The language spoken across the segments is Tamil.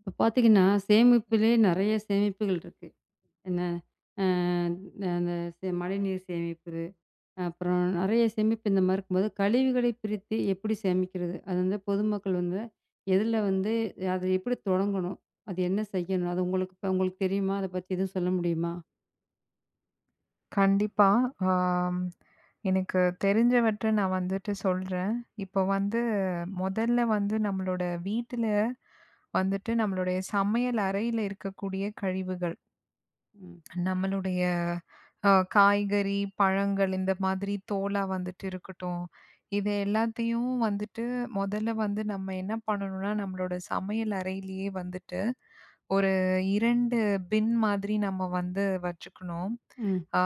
இப்ப பார்த்தீங்கன்னா, சேமிப்பிலே ம். நெறைய ம். சேமிப்புகள் இருக்கு. ம். என்ன அ அந்த மழைநீர் சேமிப்பு, அப்புறம் நெறைய சேமிப்பு இந்த மாரி இருக்கும்போது, கழிவுகளை பிரித்து எப்படி சேமிக்கிறது? அது வந்து பொதுமக்கள் வந்து எதுல வந்து அத எப்படி தொடங்கணும்? அது என்ன செய்யணும்? அது இப்ப உங்களுக்கு தெரியுமா? அத பத்தி எதுவும் சொல்ல முடியுமா? கண்டிப்பா. ஆம். எனக்கு தெரிஞ்சவற்ற நான் வந்துட்டு சொல்றேன். இப்போ வந்து முதல்ல வந்து நம்மளோட வீட்டில வந்துட்டு நம்மளுடைய சமையல் அறையில இருக்கக்கூடிய கழிவுகள் ம். நம்மளுடைய காய்கறி, பழங்கள் இந்த மாதிரி தோலா வந்துட்டு இருக்கட்டும். இது எல்லாத்தையும் வந்துட்டு மொதல்ல வந்து நம்ம என்ன பண்ணணும்னா, நம்மளோட சமையல் அறையிலேயே வந்துட்டு ஒரு 2 பின் மாதிரி நம்ம வந்து வச்சுக்கணும். ம். ஆ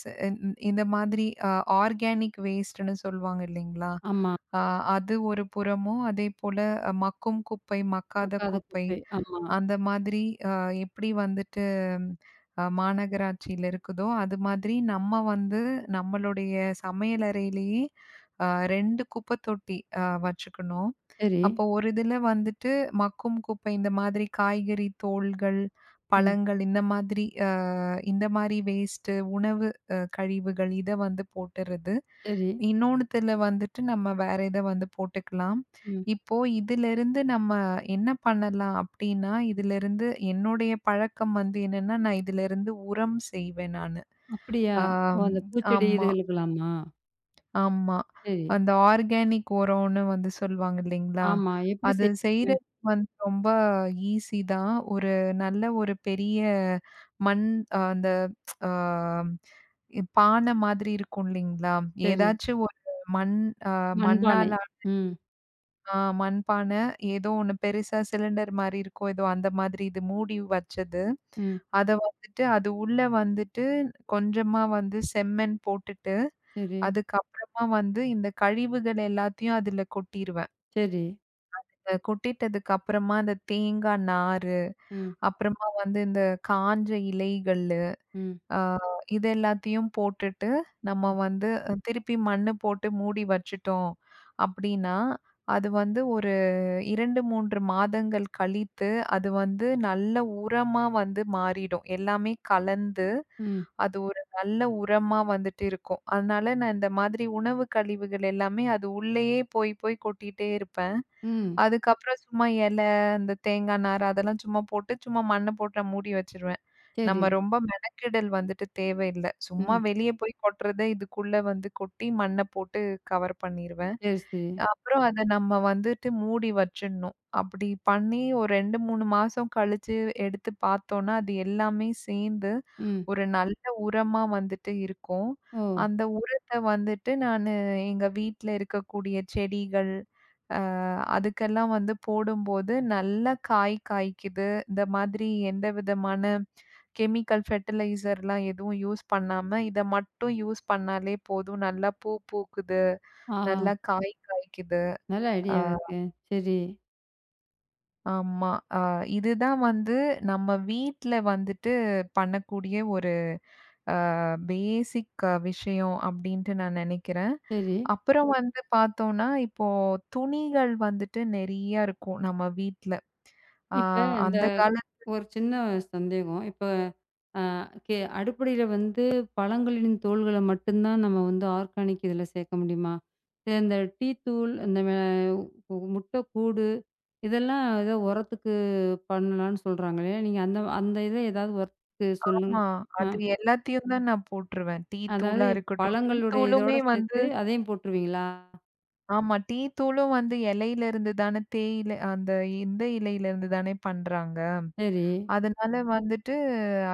ச இந் இந்த மாதிரி ஆர்கானிக் வேஸ்ட்டுன்னு சொல்லுவாங்க இல்லைங்களா? ஆமா. அ அது ஒரு புறமும், அதேபோல மக்கும் குப்பை, மக்காத பக்காத குப்பை குப்பை. ஆமா. அந்த மாதிரி அ எப்படி வந்துட்டு மாநகராட்சியில இருக்குதோ, அது மாதிரி நம்ம வந்து நம்மளுடைய சமையல் அறையிலேயே அ 2 குப்பை தொட்டி வச்சுக்கணும். சரி. அப்போ ஒரு இதில வந்துட்டு மக்கும் குப்பை இந்த மாதிரி காய்கறி தோல்கள், ம். பழங்கள் இந்த மாதிரி இந்த மாரி வேஸ்ட்டு உணவு கழிவுகள் இத வந்து போட்டுறது. சரி. இன்னொன்னுத்துல வந்துட்டு நம்ம வேற இத வந்து போட்டுக்கலாம். ம். இப்போ இதிலிருந்து நம்ம என்ன பண்ணலாம் அப்டின்னா, இதிலிருந்து என்னுடைய பழக்கம் வந்து என்னன்னா, நான் இதிலிருந்து உரம் செய்வேன் நானு. அப்படியா? ஓ! ஆம். அந்த பூச்செடி ஆமா. இதுகளுக்கெல்லாமா? ஆமா. சரி. அந்த ஆர்கானிக் உரம்னு வந்து சொல்லுவாங்க இல்லைங்களா? ஆமா. எப்படி அது செய்வீங்க? செய்றது வந்து ரொம்ப ஈஸி தான். ஒரு நல்ல ஒரு பெரிய மண் அ அந்த அ பானை மாதிரி இருக்கும் இல்லைங்களா? சரி. ஏதாச்சும் ஒரு மண் அ மண்பானை. மண்ணால ம், ஆ மண் பானை ஏதோ ஒண்ணு பெருசா சிலிண்டர் மாரி இருக்கும். ஏதோ அந்த மாதிரி இது மூடி வச்சது. ம். அத வந்துட்டு அது உள்ள வந்துட்டு கொஞ்சமா வந்து செம்மண் போட்டுட்டு சரி, அதுக்கப்புறமா வந்து இந்த கழிவுகள் எல்லாத்தையும் அதுல கொட்டிருவேன். சரி. கொட்டிட்டதுக்கு அப்புறமா இந்த தேங்காய் நாரு, ம், அப்புறமா வந்து இந்த காஞ்ச இலைகள்ளு, ம், ஆ இது எல்லாத்தையும் போட்டுட்டு, நம்ம வந்து திருப்பி மண்ணு போட்டு மூடி வச்சுட்டோம் அப்படின்னா, அது வந்து ஒரு 2, 3 மாதங்கள் கழித்து, அது வந்து நல்ல உரமா வந்து மாறிடும். எல்லாமே கலந்து, ம், அது ஒரு நல்ல உரமா வந்துட்டு இருக்கும். அதனால நான் இந்த மாதிரி உணவு கழிவுகள் எல்லாமே அது உள்ளேயே போய் போய் கொட்டிட்டே இருப்பேன். ம். அதுக்கப்புறம் சும்மா இலை, இந்த தேங்காய் நார் அதெல்லாம் சும்மா போட்டு, சும்மா மண்ண போட்டு நான் மூடி வச்சுருவேன். சரி. நம்ம ரொம்ப மெனக்கெடல் வந்துட்டு தேவையில்ல. சும்மா ம். வெளிய போய் கொட்டுறத இதுக்குள்ள வந்து கொட்டி மண்ண போட்டு கவர் பண்ணிருவேன். சரி, சரி. அப்புறம் அத நம்ம வந்துட்டு மூடி வச்சுடணும். அப்படி பண்ணி ஒரு 2, 3 மாசம் கழிச்சு எடுத்து பார்த்தோம்னா, அது எல்லாமே சேர்ந்து ம். ஒரு நல்ல உரமா வந்துட்டு இருக்கும். ஓ! அந்த உரத்த வந்துட்டு நானு எங்க வீட்ல இருக்கக்கூடிய செடிகள் அதுக்கெல்லாம் வந்து போடும்போது நல்லா காய் காய்க்குது. இந்த மாதிரி எந்த விதமான கெமிக்கல் ஃபெர்டிலைசர்லாம் எதுவும் யூஸ் பண்ணாம, இத மட்டும் யூஸ் பண்ணாலே போதும். நல்லா பூ பூக்குது, ஆஹா! நல்லா காய் காய்க்குது. நல்ல அ ஐடியாவா இருக்கே. சரி, ஆமா. அ இதுதான் வந்து நம்ம வீட்ல வந்துட்டு பண்ணக்கூடிய ஒரு பேசிக் விஷயம் அப்டின்ட்டு நான் நெனைக்கிறேன். சரி. அப்புறம் வந்து பார்த்தோம்னா, இப்போ துணிகள் வந்துட்டு நெறைய இருக்கும் நம்ம வீட்ல. ஆ இப்ப இந்த அந்த காலத்து ஒரு சின்ன சந்தேகம். இப்ப அ கே அடிப்படையில வந்து பழங்களின் தோல்கள மட்டும் தான் நம்ம வந்து ஆர்கானிக் இதில சேர்க்க முடியுமா? இது இந்த டீ தூள், இந்த முட்டை கூடு இதெல்லாம் ஏதோ உரத்துக்கு பண்ணலான்னு சொல்றாங்களே! நீங்க அந்த அந்த இத ஏதாவது ஒர்க்கு சொல்லுங்க. ஆமா. அ அது எல்லாத்தையும் தான் நான் போட்டுருவேன். டீ அதாவது தூளா இருக்கட்டும். டீ பழங்களுடைய இதோட தூளுமே வந்து சேர்த்து அதையும் போட்டுருவீங்களா? ஆமா. டீ தூளும் வந்து இலையில இருந்து தானே தேயிலை அந்த இந்த இலையில இருந்து தானே பண்றாங்க. சரி. அதனால வந்துட்டு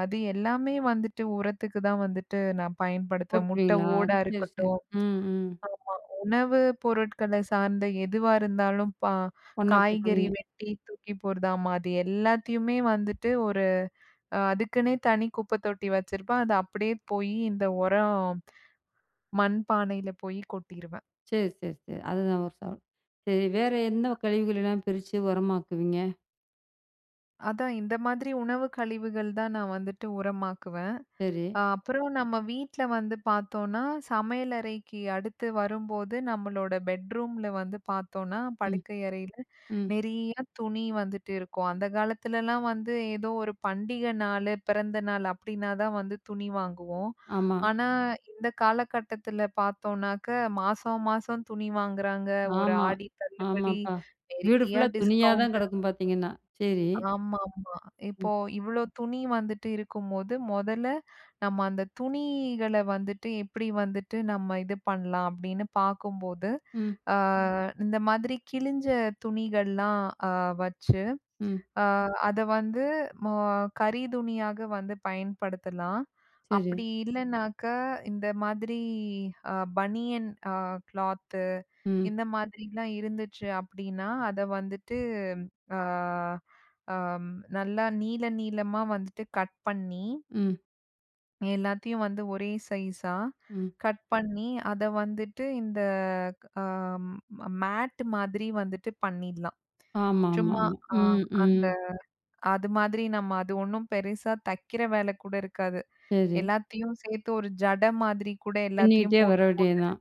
அது எல்லாமே வந்துட்டு உரத்துக்கு தான் வந்துட்டு நான் பயன்படுத்துவேன். முட்டை போட்டுருவீங்களா? ஓடா சரி, சரி. இருக்கட்டும். ம், ம். ஆமா. உணவு பொருட்கள சார்ந்த எதுவா இருந்தாலும் ஒண்ணா காய்கறி போட்டுருவீங்க. வெட்டி தூக்கி போடுறது. ஆமா. அது எல்லாத்தையுமே வந்துட்டு ஒரு அதுக்குன்னே தனி குப்பை தொட்டி வச்சிருப்பேன். அது அப்படியே போயி இந்த உரம் மண் பானையில போய் கொட்டிருவேன். சரி, சரி, சரி. அதுதான் ஒரு சவால். சரி, வேற என்ன கழிவுகளெல்லாம் பிரிச்சு உரமாக்குவீங்க? அதான் இந்த மாதிரி உணவு கழிவுகள் தான் நான் வந்துட்டு உரமாக்குவேன். சரி. அப்புறம் நம்ம வீட்ல வந்து பார்த்தோம்னா, சமையலறைக்கு அடுத்து வரும்போது நம்மளோட பெட்ரூம்ல வந்து பார்த்தோம்னா, ம், படுக்கை அறையில ம். நெறைய துணி வந்துட்டு இருக்கும். அந்த காலத்துலலாம் வந்து ஏதோ ஒரு பண்டிகை நாளு, பிறந்த நாள் அப்படின்னா தான் வந்து துணி வாங்குவோம். ஆமா, ஆனா, ம். இந்த காலகட்டத்தில பார்த்தோம்னாக்க, மாசம் மாசம் துணி வாங்குறாங்க. ஒரு ஆமா, ஆடி தள்ளுபடி, ஆமாப்பா. வீடு நெறைய ஃபுல்லா துணியா தான் டிஸ்கவுண்ட் கிடக்கும் பார்த்தீங்கன்னா. சரி. ஆமாமா. ம், இப்போ இவ்ளோ துணி வந்துட்டு இருக்கும்போது, மொதல்ல நம்ம அந்த துணிகள வந்துட்டு எப்படி வந்துட்டு நம்ம இது பண்ணலாம் அப்படின்னு பாக்கும்போது, ம், ஆ இந்த மாதிரி கிழிஞ்ச துணிகள்லாம் அ வச்சு ம். ஆ அத வந்து ம கரி துணியாக வந்து பயன்படுத்தலாம். சரி. அப்படி இல்லன்னாக்க, இந்த மாதிரி அ பனியன் கிளாத்து ம், இந்த மாதிரிலாம் இருந்துச்சு அப்படின்னா, அத வந்துட்டு ஆ அம் நல்லா நீள நீளமா வந்துட்டு கட் பண்ணி, ம், எல்லாத்தையும் வந்து ஒரே சைஸா ம். கட் பண்ணி, அத வந்துட்டு இந்த அ மேட் மாதிரி வந்துட்டு பண்ணிடலாம். ஆமா, ஆமா, சும்மா ஆமா. அ ம், அந்த ம். அது மாதிரி நம்ம அது ஒண்ணும் பெருசா தைக்கிற வேலை கூட இருக்காது. சரி. எல்லாத்தையும் சேர்த்து ஒரு ஜடை மாதிரி கூட எல்லாத்தையும் பின்னிக்கிட்டே வர போட்டு போட்டு வேண்டியதுதான்.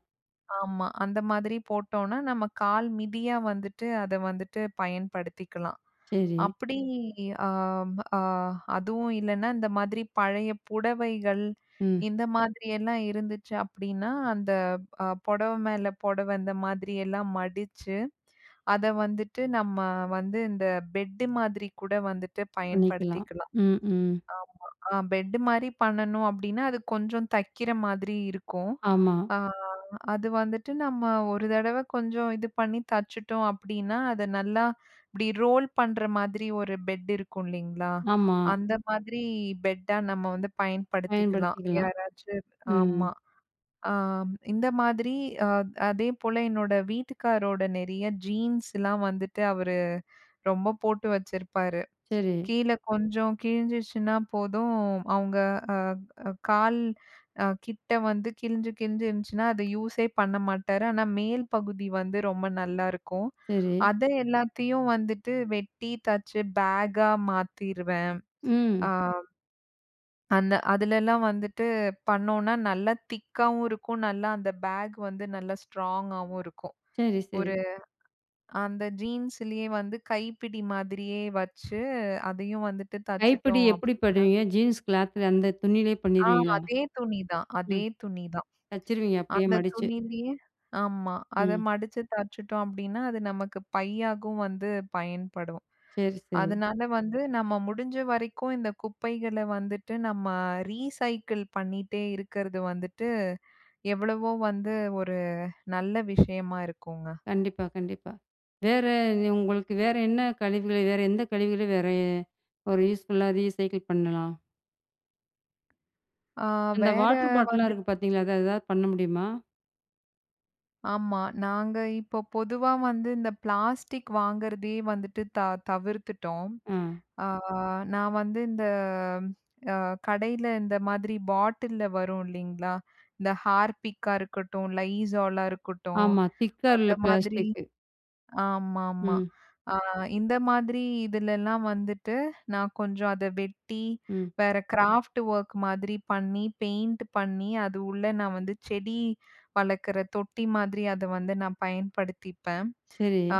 ஆமா. அந்த மாதிரி போட்டோம்னா, நம்ம கால் மிதியா வந்துட்டு அத வந்துட்டு பயன்படுத்திக்கலாம். சரி. அப்படி ஆ ஆ அதுவும் இல்லன்னா, இந்த மாதிரி பழைய புடவைகள் ம். இந்த மாதிரி எல்லாம் இருந்துச்சு அப்படின்னா, அந்த புடவை மேல புடவை இந்த மாதிரி எல்லாம் மடிச்சு, அத வந்துட்டு நம்ம வந்து இந்த பெட்டு மாதிரி கூட வந்துட்டு பண்ணிக்கலாம். பயன்படுத்திக்கலாம். ம், ம். ஆமா. பெட் மாரி பண்ணணும் அப்டின்னா, அது கொஞ்சம் தைக்கிற மாதிரி இருக்கும். ஆமா, ஆ அது வந்துட்டு நம்ம ஒரு தடவ கொஞ்சம் இது பண்ணி தச்சுட்டோம் அப்டின்னா, அத நல்லா இப்டி ரோல் பண்ற மாதிரி ஒரு பெட் இருக்கும் இல்லைங்களா? ஆமா. அந்த மாதிரி பெட்டா நம்ம வந்து பயன்படுத்திக்கலாம். பயன்படுத்திக்கலாம். யாராச்சு ம். ஆமா. ஆ இந்த மாதிரி அ அதேபோல என்னோட வீட்டுக்காரோட நெறைய ஜீன்ஸ்லாம் வந்துட்டு அவரு ரொம்ப போட்டு வச்சிருப்பாரு. சரி, கீழ கொஞ்சம் கிழிஞ்சிச்சுன்னா போதும், அவங்க அ அ கால் கிட்ட வந்து கிழிஞ்சு கிழிஞ்சு இருந்துச்சுன்னா, அத யூஸே பண்ண மாட்டாரு. ஆனா, மேல் பகுதி வந்து ரொம்ப நல்லா இருக்கும். சரி. அத எல்லாத்தையும் வந்துட்டு வெட்டி, தச்சு பேக்கா மாத்திருவேன். ம். ஆ அந்த அதுலலாம் வந்துட்டு பண்ணோம்னா, நல்லா திக்காவும் இருக்கும். நல்லா அந்த பேக் வந்து நல்லா ஸ்ட்ராங்காவும் இருக்கும். சரி, சரி. ஒரு அந்த ஜீன்ஸ்லயே வந்து கைப்பிடி மாதிரியே வச்சு, அதையும் வந்துட்டு கைப்பிடி தச்சுட்டோம் அப் எப்படி பண்ணுவீங்க? ஜீன்ஸ் கிளாத்ல அந்த துணியிலேயே ஆ பண்ணிருவீங்களா? அதே துணி தான், ம். அதே துணி தான். தச்சிருவீங்க அப்படியே அந்த மடிச்சு. துணியிலயே ஆமா. அத ம். மடிச்சு தச்சுட்டோம் அப்டின்னா, அது நமக்கு பையாகவும் வந்து பயன்படும். சரி, சரி. அதனால வந்து நம்ம முடிஞ்ச வரைக்கும் இந்த குப்பைகள வந்துட்டு நம்ம ரீசைக்கிள் பண்ணிட்டே இருக்கிறது வந்துட்டு எவ்வளவோ வந்து ஒரு நல்ல விஷயமா இருக்குங்க. கண்டிப்பா, கண்டிப்பா. வேற நீ உங்களுக்கு வேற என்ன கழிவுகள வேற எந்த கழிவுகள வேற ஒரு யூஸ்ஃபுல்லா ரீசைக்கிள் பண்ணலாம்? ஆ அந்த வேற வாட்டர் பாட்டில்லாம் வந்து இருக்கு பார்த்தீங்களா? அத ஏதாவது பண்ண முடியுமா? ஆமா. நாங்க இப்போ பொதுவா வந்து இந்த பிளாஸ்டிக் வாங்குறதே வந்துட்டு தவிர்த்துட்டோம். ஆ. ஆ நான் வந்து இந்த அ கடையில இந்த மாதிரி பாட்டில்ல வரும் இல்லைங்களா? இந்த Harpicஆ இருக்கட்டும், Lizaolஆ இருக்கட்டும், ஆமா. திக்கா உள்ள அந்த மாதிரி பிளாஸ்டிக்கு. ஆமாமா. ம், ஆ இந்த மாதிரி இதுலலாம் வந்துட்டு, நான் கொஞ்சம் அத வெட்டி, ம். வேற கிராஃப்ட் ஒர்க் மாதிரி பண்ணி, பெயிண்ட் பண்ணி, அது உள்ள நான் வந்து செடி வளர்க்குற தொட்டி மாதிரி அத வந்து நான் பயன்படுத்திப்பேன். சரி. ஆ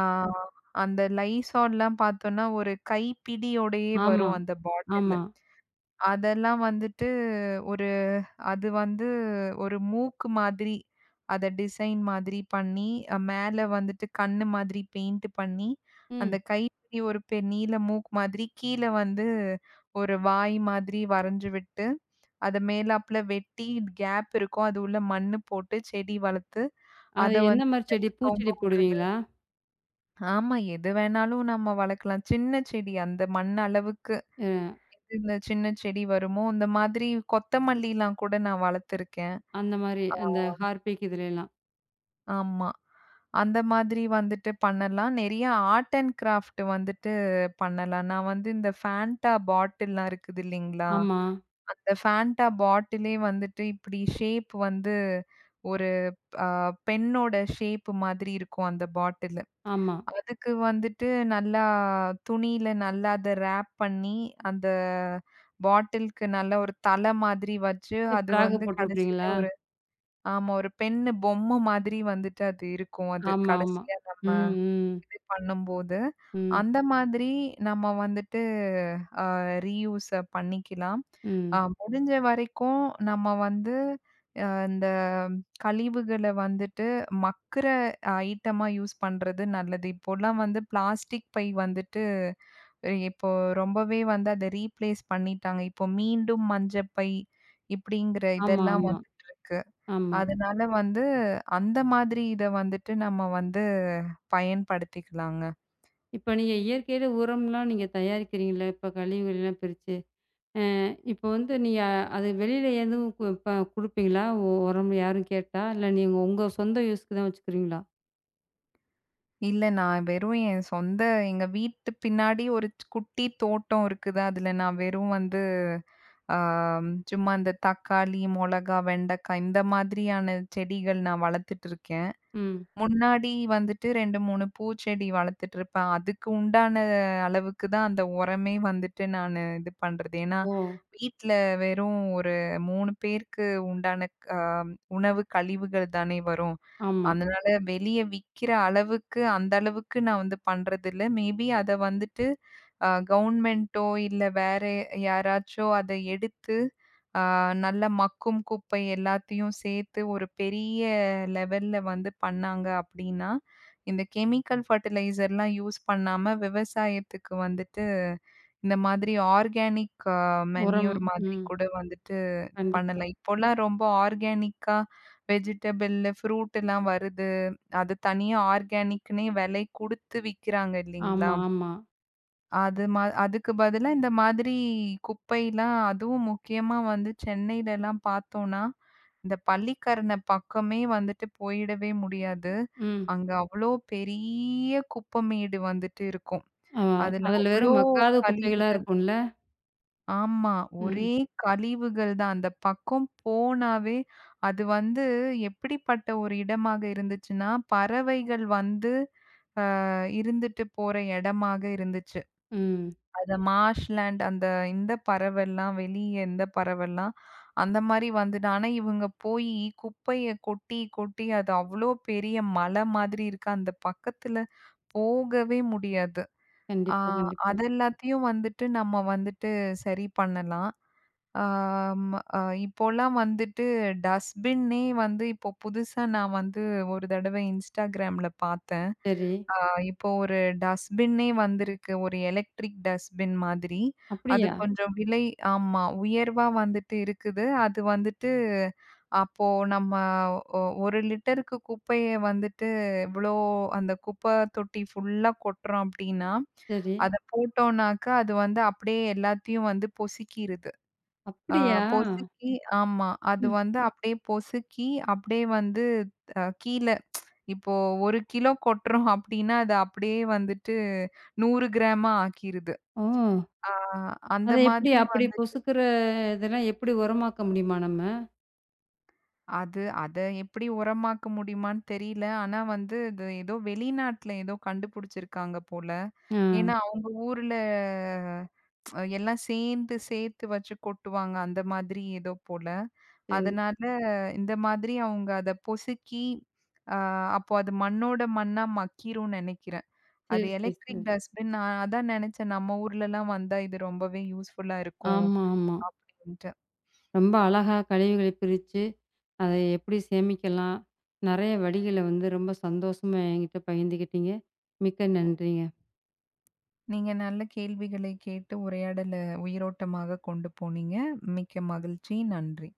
அந்த லைசால்லாம் பார்த்தோம்னா, ஒரு கைப்பிடியோடயே ஆமா, வரும் அந்த பாட்டிலு. ஆமா. அதெல்லாம் வந்துட்டு ஒரு அது வந்து ஒரு மூக்கு மாதிரி, அத டிசைன் மாதிரி பண்ணி, மேல வந்துட்டு கண்ணு மாதிரி பெயிண்ட் பண்ணி, அந்த ம். கைப்பிடி ஒரு நீல மூக்கு மாதிரி, கீழ வந்து ஒரு வாய் மாதிரி வரைஞ்சு விட்டு, அத மேலாப்புல வெட்டி கேப் இருக்கும். அது உள்ள மண்ணு போட்டு செடி வளர்த்து, அத அது எந்த வந்து மாரி செடி? எங்கயாச்சும் தொங்க பூச்செடி விடுறது. போடுவீங்களா? ஆமா, எது வேணாலும் நம்ம வளர்க்கலாம். சின்ன செடி அந்த மண் அளவுக்கு அ எது இந்த சின்ன செடி வருமோ, இந்த மாதிரி கொத்தமல்லிலாம் கூட நான் வளர்த்துருக்கேன். அந்த மாரி ஆ. அந்த ஹார்பிக் இதுலலாம். ஆமா. அந்த மாதிரி வந்துட்டு பண்ணலாம். நெறைய ஆர்ட் அண்ட் கிராஃப்ட் வந்துட்டு பண்ணலாம். நான் வந்து இந்த ஃபேன்டா பாட்டில்லாம் இருக்குது இல்லைங்களா? ஆமா, அந்த ஃபேன்டா பாட்டிலே வந்துட்டு இப்டி ஷேப் வந்து ஒரு அ பெண்ணோட ஷேப் மாதிரி இருக்கும் அந்த பாட்டிலு. ஆமா. அதுக்கு வந்துட்டு நல்லா துணியில நல்லா அத ராப் பண்ணி, அந்த பாட்டிலுக்கு நல்ல ஒரு தலை மாதிரி வச்சு, அது ஃப்ராக வந்து போட்டு கடைசியில விட்ருவீங்களா? ஒரு ஆமா. ஒரு பெண்ணு பொம்மை மாதிரி வந்துட்டு அது இருக்கும். அது ஆமா, ஆமா. கடைசியா நம்ம ம், ம், இது பண்ணும்போது, ம், அந்த மாதிரி நம்ம வந்துட்டு அ ரீயூஸ பண்ணிக்கலாம். ம். முடிஞ்ச வரைக்கும் நம்ம வந்து இந்த கழிவுகள வந்துட்டு மக்குற ஐட்டமா யூஸ் பண்றது நல்லது. இப்போலாம் வந்து பிளாஸ்டிக் பை வந்துட்டு இப்போ ரொம்பவே வந்து அத ரீப்ளேஸ் பண்ணிட்டாங்க. இப்போ மீண்டும் மஞ்ச பை இப்படிங்கிற ஆமா, இதெல்லாம் ஆமா, வந்துட்டு இருக்கு. ஆமா. அதனால வந்து அந்த மாதிரி இத வந்துட்டு நம்ம வந்து பயன்படுத்திக்கலாங்க. இப்ப நீங்க இயற்கையில உரம்லாம் நீங்க தயாரிக்கிறீங்கல்ல, இப்ப கழிவுகள்லாம் பிரிச்சு. இப்ப வந்து நீங்க அது வெளியில எதுவும் கு ப குடுப்பீங்களா? உரம் யாரும் கேட்டா? இல்ல நீங்க உங்க சொந்த யூஸ்க்கு தான் வச்சுக்கிறீங்களா? இல்ல நான் வெறும் என் சொந்த எங்க வீட்டு பின்னாடி ஒரு குட்டி தோட்டம் இருக்குது. அதுல நான் வெறும் வந்து ஆ சும்மா இந்த தக்காளி, மொளகா, வெண்டைக்காய் இந்த மாதிரியான செடிகள் நான் வளர்த்துட்டு இருக்கேன். ம். முன்னாடி வந்துட்டு 2, 3 பூச்செடி வளர்த்துட்டுருப்பேன். அதுக்கு உண்டான அளவுக்கு தான் அந்த உரமே வந்துட்டு நானு இது பண்றது. ஏன்னா, ஓ! வீட்ல வெறும் ஒரு 3 பேருக்கு உண்டான உணவு கழிவுகள் தானே வரும். ஆமா. அதனால வெளிய விக்கிற அளவுக்கு, அந்த அளவுக்கு நான் வந்து பண்றதில்ல. மேபி அத வந்துட்டு கவர்மெண்ட்டோ இல்ல வேற யாராச்சோ அத எடுத்து, அ நல்ல மக்கும் குப்பை எல்லாத்தையும் சேர்த்து ஒரு பெரிய லெவல்ல வந்து பண்ணாங்க அப்டின்னா, இந்த கெமிக்கல் ஃபர்டிலைசர்லாம் யூஸ் பண்ணாம விவசாயத்துக்கு வந்துட்டு இந்த மாதிரி ஆர்கானிக் உரம். மேன்யூர் மாதிரி ம். கூட வந்துட்டு கண்டிப்பா. பண்ணலாம். இப்போலாம் ரொம்ப ஆர்கானிக்கா வெஜிடபிள், ஃப்ரூட்லாம் வருது. அது தனியா ஆர்கானிக்னே விலை குடுத்து விக்கிறாங்க இல்லைங்களா? ஆமா, ஆமா. அது அதுக்கு பதிலா இந்த மாதிரி குப்பைலாம் அதுவும் முக்கியமா வந்து சென்னையிலலாம் பார்த்தோம்னா, இந்த பள்ளிக்கரணை பக்கமே வந்துட்டு போயிடவே முடியாது. ம். அங்க அவ்ளோ பெரிய குப்பைமேடு வந்துட்டு இருக்கும். அ அதுல அதுல அவ்ளோ வெறும் மக்காத குப்பைகளா கழிவுகள். இருக்கும்ல? ஆமா. ம், ஒரே கழிவுகள் தான். அந்த பக்கம் போனாவே அது வந்து எப்படிப்பட்ட ஒரு இடமாக இருந்துச்சுன்னா, பறவைகள் வந்து இருந்துட்டு போற இடமாக இருந்துச்சு. ம். அந்த மார்ஷ்லேண்ட் அந்த இந்த பறவைலாம் வெளிய இந்த பறவைலாம் அந்த மாரி வந்துட்டு. ஆனா, இவங்க போயி குப்பைய கொட்டி, கொட்டி அது அவ்ளோ பெரிய மலை மாதிரி இருக்கு. அந்த பக்கத்துல போகவே முடியாது. ஆ கண்டிப்பா, கண்டிப்பா. அதெல்லாத்தையும் வந்துட்டு நம்ம வந்துட்டு சரி பண்ணலாம். ஆம், இப்போலாம் வந்துட்டு டஸ்ட்பின்னே வந்து இப்போ புதுசா நான் வந்து ஒரு தடவை இன்ஸ்டாகிராம்ல பார்த்தேன். சரி. இப்போ ஒரு டஸ்ட்பின்னே வந்திருக்கு. ஒரு எலக்ட்ரிக் டஸ்ட்பின் மாதிரி. அது அப்படியா? கொஞ்சம் விலை ஆமா. உயர்வா வந்துட்டு இருக்குது. அது வந்துட்டு அப்போ நம்ம 1 லிட்டருக்கு குப்பைய வந்துட்டு இவ்ளோ அந்த குப்பை தொட்டி ஃபுல்லா கொட்டுறோம் அப்டின்னா, சரி. அத போட்டோம்னாக்கா அது வந்து அப்டியே எல்லாத்தையும் வந்து பொசுக்கிருது. ஆ அப்படியா? பொசுக்கி ஆமா. அது ம். வந்து அப்டியே பொசுக்கி அப்டியே வந்து கீழ இப்போ 1 கிலோ கொட்டுறோம் அப்டின்னா, அது அப்படியே வந்துட்டு 100 கிராமா ஆக்கிருது. ஓ! ஆ அந்த அத எப்படி மாதிரி அப்படி வந்து பொசுக்குற இதெல்லாம் எப்படி உரமாக்க முடியுமா நம்ம? அது அத எப்படி உரமாக்க முடியுமான்னு தெரியல. ஆனா வந்து இது ஏதோ வெளிநாட்ல ஏதோ கண்டுபிடிச்சிருக்காங்க போல. ஆ. ஏன்னா அவங்க ஊர்ல எல்லாம் சேர்ந்து சேர்த்து வச்சு கொட்டுவாங்க. அந்த மாதிரி ஏதோ போல. சரி, அதனால இந்த மாதிரி அவங்க அத பொசுக்கி, அ அப்போ அது மண்ணோட மண்ணா மக்கிரும்னு நெனைக்கிறேன். சரி, அது சரி, சரி. எலக்ட்ரிக் டஸ்ட்பின் நான் அதான் நெனச்சேன். நம்ம ஊர்லலாம் வந்தா இது ரொம்பவே யூஸ்ஃபுல்லா இருக்கும் ஆமா, ஆமா. அப்படின்ட்டு. ரொம்ப அழகா கழிவுகளை பிரிச்சு, அதை எப்படி சேமிக்கலாம்? நெறைய வழிகள வந்து ரொம்ப சந்தோஷமா என்கிட்ட பகிர்ந்துக்கிட்டீங்க. மிக்க நன்றிங்க. நீங்க நல்ல கேள்விகளை கேட்டு உரையாடல உயிரோட்டமாக கொண்டு போனீங்க. மிக்க மகிழ்ச்சி. நன்றி.